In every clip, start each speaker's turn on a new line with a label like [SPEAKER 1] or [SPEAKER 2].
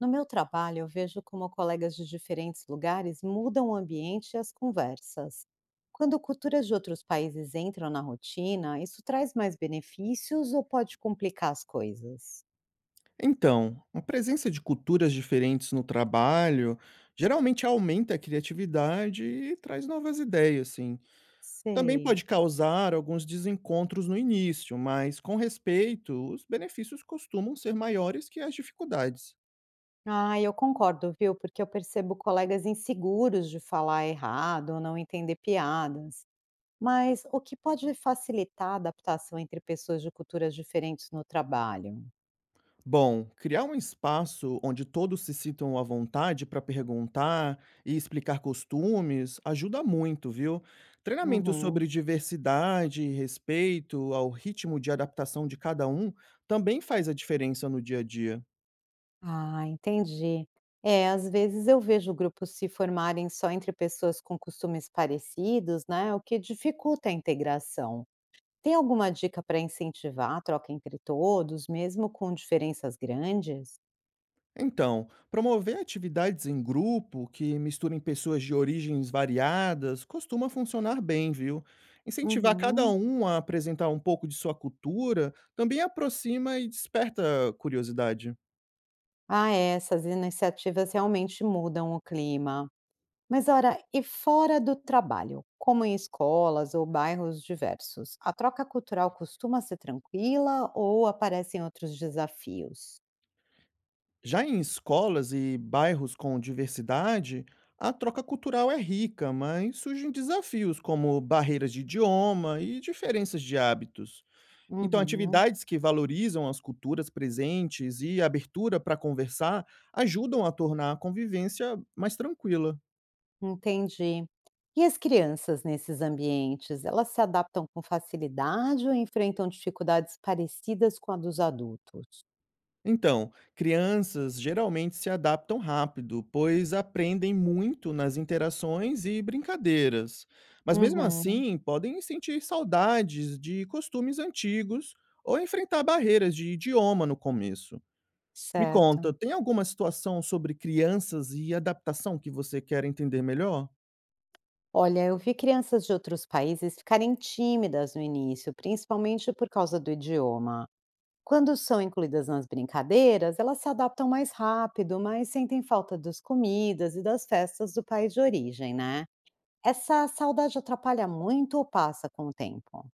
[SPEAKER 1] No meu trabalho, eu vejo como colegas de diferentes lugares mudam o ambiente e as conversas. Quando culturas de outros países entram na rotina, isso traz mais benefícios ou pode complicar as coisas?
[SPEAKER 2] Então, a presença de culturas diferentes no trabalho geralmente aumenta a criatividade e traz novas ideias. Sim, também
[SPEAKER 1] Sei.
[SPEAKER 2] pode causar alguns desencontros no início, mas com respeito, os benefícios costumam ser maiores que as dificuldades.
[SPEAKER 1] Ah, eu concordo, viu? Porque eu percebo colegas inseguros de falar errado ou não entender piadas. Mas o que pode facilitar a adaptação entre pessoas de culturas diferentes no trabalho?
[SPEAKER 2] Bom, criar um espaço onde todos se sintam à vontade para perguntar e explicar costumes ajuda muito, viu? Treinamento
[SPEAKER 1] Uhum.
[SPEAKER 2] sobre diversidade e respeito ao ritmo de adaptação de cada um também faz a diferença no dia a dia.
[SPEAKER 1] Ah, entendi. É, às vezes eu vejo grupos se formarem só entre pessoas com costumes parecidos, né? O que dificulta a integração. Tem alguma dica para incentivar a troca entre todos, mesmo com diferenças grandes?
[SPEAKER 2] Então, promover atividades em grupo que misturem pessoas de origens variadas costuma funcionar bem, viu? Incentivar cada
[SPEAKER 1] Uhum.
[SPEAKER 2] um a apresentar um pouco de sua cultura também aproxima e desperta curiosidade.
[SPEAKER 1] Ah, é, essas iniciativas realmente mudam o clima. Mas ora, e fora do trabalho, como em escolas ou bairros diversos, a troca cultural costuma ser tranquila ou aparecem outros desafios?
[SPEAKER 2] Já em escolas e bairros com diversidade, a troca cultural é rica, mas surgem desafios como barreiras de idioma e diferenças de hábitos. Então,
[SPEAKER 1] Uhum.
[SPEAKER 2] atividades que valorizam as culturas presentes e a abertura para conversar ajudam a tornar a convivência mais tranquila.
[SPEAKER 1] Entendi. E as crianças nesses ambientes, elas se adaptam com facilidade ou enfrentam dificuldades parecidas com a dos adultos?
[SPEAKER 2] Então, crianças geralmente se adaptam rápido, pois aprendem muito nas interações e brincadeiras. Mas mesmo
[SPEAKER 1] Uhum,
[SPEAKER 2] assim, podem sentir saudades de costumes antigos ou enfrentar barreiras de idioma no começo. Me conta,
[SPEAKER 1] certo.
[SPEAKER 2] tem alguma situação sobre crianças e adaptação que você quer entender melhor?
[SPEAKER 1] Olha, eu vi crianças de outros países ficarem tímidas no início, principalmente por causa do idioma. Quando são incluídas nas brincadeiras, elas se adaptam mais rápido, mas sentem falta das comidas e das festas do país de origem, né? Essa saudade atrapalha muito ou passa com o tempo?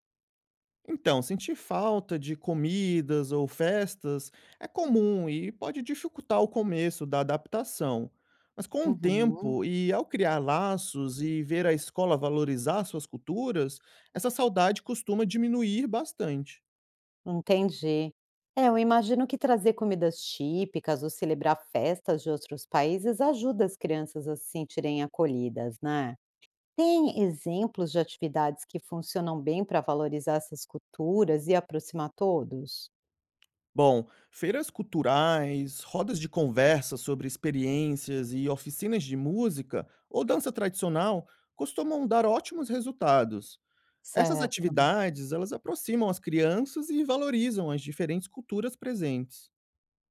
[SPEAKER 2] Então, sentir falta de comidas ou festas é comum e pode dificultar o começo da adaptação. Mas com o
[SPEAKER 1] Uhum.
[SPEAKER 2] tempo e ao criar laços e ver a escola valorizar suas culturas, essa saudade costuma diminuir bastante.
[SPEAKER 1] Entendi. É, eu imagino que trazer comidas típicas ou celebrar festas de outros países ajuda as crianças a se sentirem acolhidas, né? Tem exemplos de atividades que funcionam bem para valorizar essas culturas e aproximar todos?
[SPEAKER 2] Bom, feiras culturais, rodas de conversa sobre experiências e oficinas de música ou dança tradicional costumam dar ótimos resultados. Essas
[SPEAKER 1] Certo.
[SPEAKER 2] atividades, elas aproximam as crianças e valorizam as diferentes culturas presentes.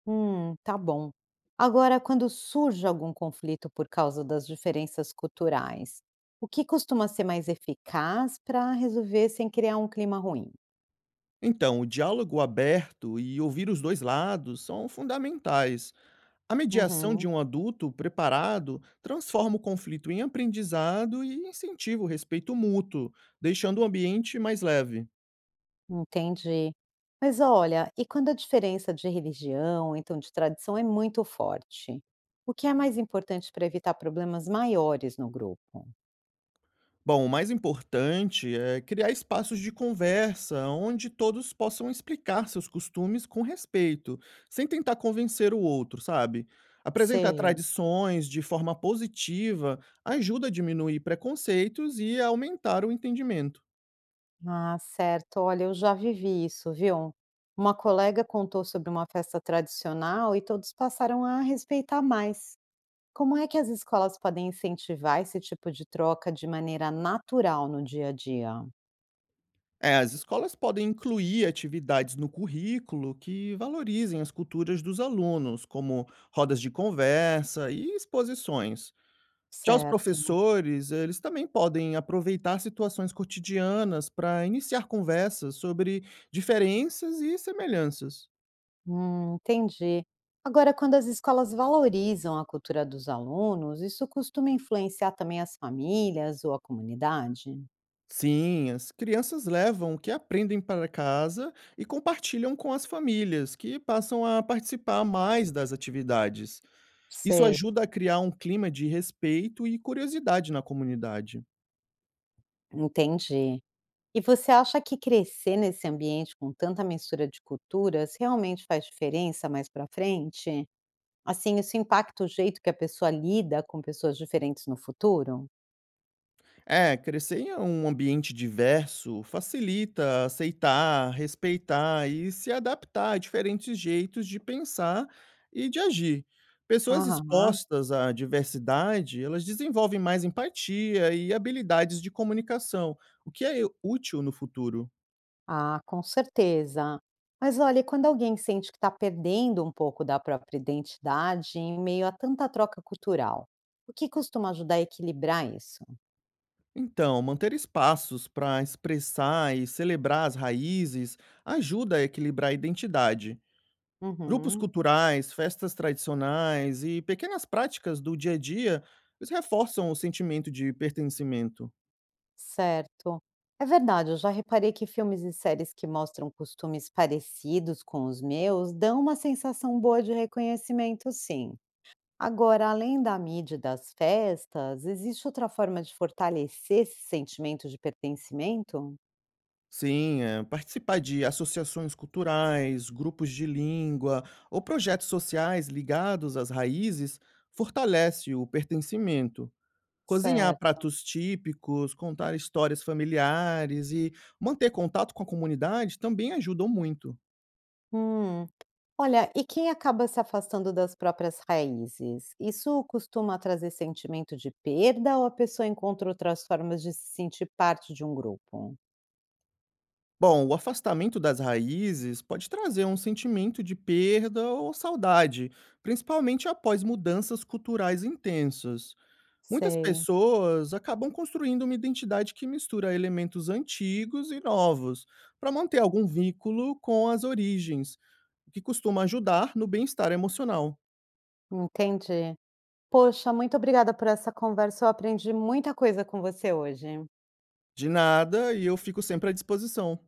[SPEAKER 1] Tá bom. Agora, quando surge algum conflito por causa das diferenças culturais, o que costuma ser mais eficaz para resolver sem criar um clima ruim?
[SPEAKER 2] Então, o diálogo aberto e ouvir os dois lados são fundamentais. A mediação de
[SPEAKER 1] Uhum.
[SPEAKER 2] um adulto preparado transforma o conflito em aprendizado e incentiva o respeito mútuo, deixando o ambiente mais leve.
[SPEAKER 1] Entendi. Mas olha, e quando a diferença de religião, ou então de tradição, é muito forte? O que é mais importante para evitar problemas maiores no grupo?
[SPEAKER 2] Bom, o mais importante é criar espaços de conversa onde todos possam explicar seus costumes com respeito, sem tentar convencer o outro, sabe? Apresentar
[SPEAKER 1] Sei.
[SPEAKER 2] tradições de forma positiva ajuda a diminuir preconceitos e a aumentar o entendimento.
[SPEAKER 1] Ah, certo. Olha, eu já vivi isso, viu? Uma colega contou sobre uma festa tradicional e todos passaram a respeitar mais. Como é que as escolas podem incentivar esse tipo de troca de maneira natural no dia a dia?
[SPEAKER 2] É, as escolas podem incluir atividades no currículo que valorizem as culturas dos alunos, como rodas de conversa e exposições. Já os
[SPEAKER 1] Certo.
[SPEAKER 2] professores, eles também podem aproveitar situações cotidianas para iniciar conversas sobre diferenças e semelhanças.
[SPEAKER 1] Entendi. Agora, quando as escolas valorizam a cultura dos alunos, isso costuma influenciar também as famílias ou a comunidade?
[SPEAKER 2] Sim, as crianças levam o que aprendem para casa e compartilham com as famílias, que passam a participar mais das atividades. Isso
[SPEAKER 1] Sei.
[SPEAKER 2] ajuda a criar um clima de respeito e curiosidade na comunidade.
[SPEAKER 1] Entendi. E você acha que crescer nesse ambiente com tanta mistura de culturas realmente faz diferença mais para frente? Assim, isso impacta o jeito que a pessoa lida com pessoas diferentes no futuro?
[SPEAKER 2] É, crescer em um ambiente diverso facilita aceitar, respeitar e se adaptar a diferentes jeitos de pensar e de agir. Pessoas
[SPEAKER 1] Aham.
[SPEAKER 2] expostas à diversidade, elas desenvolvem mais empatia e habilidades de comunicação, o que é útil no futuro.
[SPEAKER 1] Ah, com certeza. Mas olha, e quando alguém sente que está perdendo um pouco da própria identidade em meio a tanta troca cultural, o que costuma ajudar a equilibrar isso?
[SPEAKER 2] Então, manter espaços para expressar e celebrar as raízes ajuda a equilibrar a identidade. Grupos
[SPEAKER 1] Uhum,
[SPEAKER 2] culturais, festas tradicionais e pequenas práticas do dia a dia, eles reforçam o sentimento de pertencimento.
[SPEAKER 1] certo. É verdade, eu já reparei que filmes e séries que mostram costumes parecidos com os meus dão uma sensação boa de reconhecimento, sim. Agora, além da mídia e das festas, existe outra forma de fortalecer esse sentimento de pertencimento?
[SPEAKER 2] Sim, participar de associações culturais, grupos de língua ou projetos sociais ligados às raízes fortalece o pertencimento. Cozinhar
[SPEAKER 1] Certo.
[SPEAKER 2] pratos típicos, contar histórias familiares e manter contato com a comunidade também ajudam muito.
[SPEAKER 1] Hum. Olha, e quem acaba se afastando das próprias raízes? Isso costuma trazer sentimento de perda ou a pessoa encontra outras formas de se sentir parte de um grupo?
[SPEAKER 2] Bom, o afastamento das raízes pode trazer um sentimento de perda ou saudade, principalmente após mudanças culturais intensas. Muitas
[SPEAKER 1] Sei,
[SPEAKER 2] pessoas acabam construindo uma identidade que mistura elementos antigos e novos, para manter algum vínculo com as origens, o que costuma ajudar no bem-estar emocional.
[SPEAKER 1] entendi. Poxa, muito obrigada por essa conversa. Eu aprendi muita coisa com você hoje.
[SPEAKER 2] De nada, e eu fico sempre à disposição.